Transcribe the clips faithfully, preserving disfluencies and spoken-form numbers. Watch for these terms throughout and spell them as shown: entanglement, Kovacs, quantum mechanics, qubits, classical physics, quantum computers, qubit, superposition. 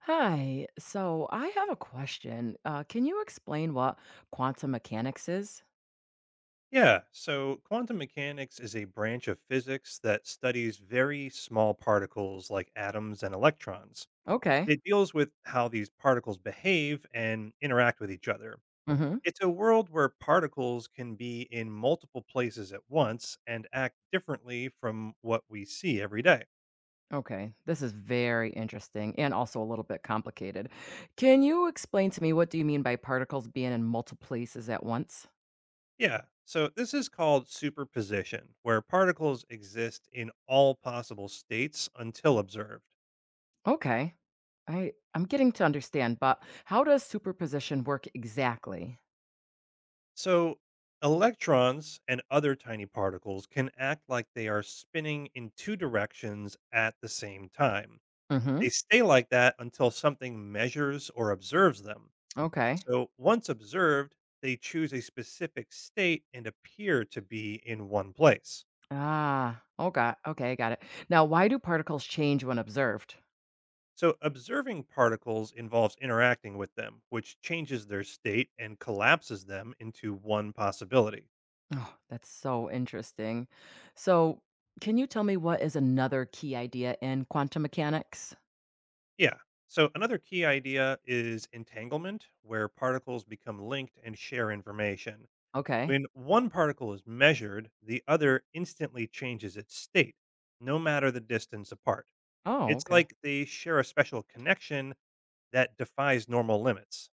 Hi. So I have a question. Uh, can you explain what quantum mechanics is? Yeah, so quantum mechanics is a branch of physics that studies very small particles like atoms and electrons. Okay. It deals with how these particles behave and interact with each other. Hmm. It's a world where particles can be in multiple places at once and act differently from what we see every day. Okay. This is very interesting and also a little bit complicated. Can you explain to me what do you mean by particles being in multiple places at once? Yeah, so this is called superposition, where particles exist in all possible states until observed. Okay. I I'm getting to understand, but how does superposition work exactly? So, electrons and other tiny particles can act like they are spinning in two directions at the same time. Mm-hmm. They stay like that until something measures or observes them. Okay. So, once observed, they choose a specific state and appear to be in one place. Ah. Oh, got. Okay, got it. Now, why do particles change when observed? So, observing particles involves interacting with them, which changes their state and collapses them into one possibility. Oh, that's so interesting. So, can you tell me what is another key idea in quantum mechanics? Yeah. So another key idea is entanglement, where particles become linked and share information. Okay. When one particle is measured, the other instantly changes its state, no matter the distance apart. Oh, It's okay. like they share a special connection that defies normal limits.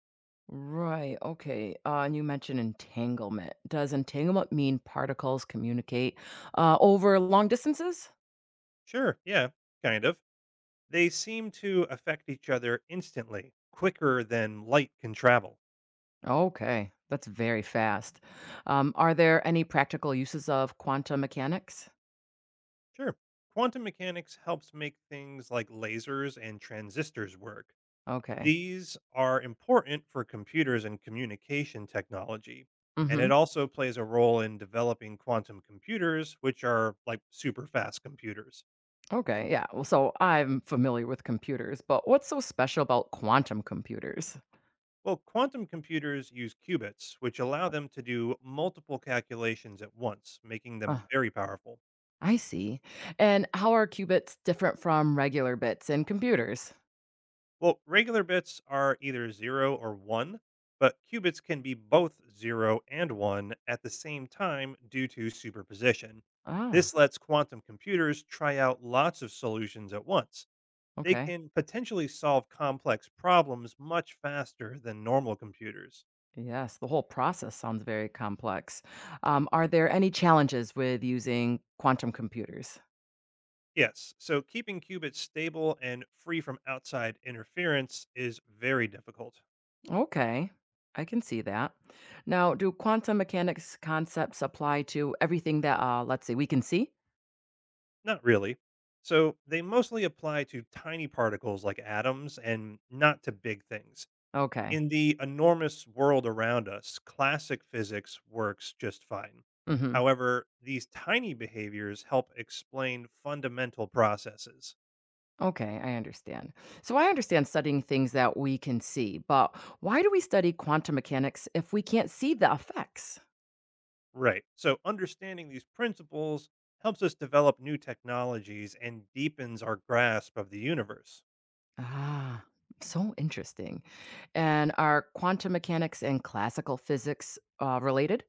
Right. Okay. Uh, and you mentioned entanglement. Does entanglement mean particles communicate uh, over long distances? Sure, yeah, kind of. They seem to affect each other instantly, quicker than light can travel. Okay. That's very fast. Um, are there any practical uses of quantum mechanics? Sure. Quantum mechanics helps make things like lasers and transistors work. Okay. These are important for computers and communication technology. And it Mm-hmm. also plays a role in developing quantum computers, which are like super fast computers. Okay. Yeah. Well, so I'm familiar with computers, but what's so special about quantum computers? Well, quantum computers use qubits, which allow them to do multiple calculations at once, making them very powerful. I see. And how are qubits different from regular bits in computers? Well, regular bits are either zero or one, but qubits can be both 0 and 1 at the same time due to superposition. Ah, This lets quantum computers try out lots of solutions at once. They okay. can potentially solve complex problems much faster than normal computers. Yes, the whole process sounds very complex. Um, are there any challenges with using quantum computers? Yes, so keeping qubits stable and free from outside interference is very difficult. Okay, I can see that. Now, do quantum mechanics concepts apply to everything that, uh, let's see, we can see? Not really. So they mostly apply to tiny particles like atoms and not to big things. Okay. In the enormous world around us, classic physics works just fine. Hmm. However, these tiny behaviors help explain fundamental processes. Okay, I understand. So I understand studying things that we can see, but why do we study quantum mechanics if we can't see the effects? Right. So understanding these principles helps us develop new technologies and deepens our grasp of the universe. Ah, so interesting. And are quantum mechanics and classical physics uh, related?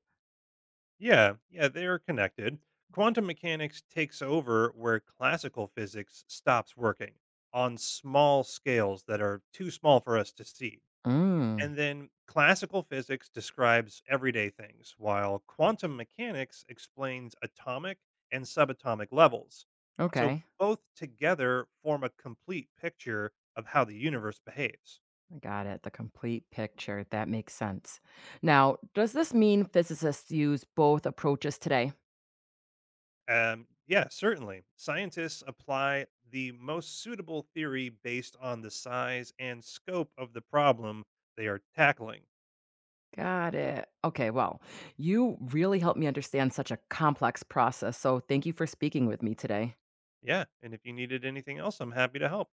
Yeah, yeah, they are connected. Quantum mechanics takes over where classical physics stops working on small scales that are too small for us to see. Mm, And then classical physics describes everyday things, while quantum mechanics explains atomic and subatomic levels. So okay. both together form a complete picture of how the universe behaves. I got it. The complete picture. That makes sense. Now, does this mean physicists use both approaches today? Um, yeah, certainly. Scientists apply the most suitable theory based on the size and scope of the problem they are tackling. Got it. Okay, well, you really helped me understand such a complex process. So thank you for speaking with me today. Yeah, and if you needed anything else, I'm happy to help.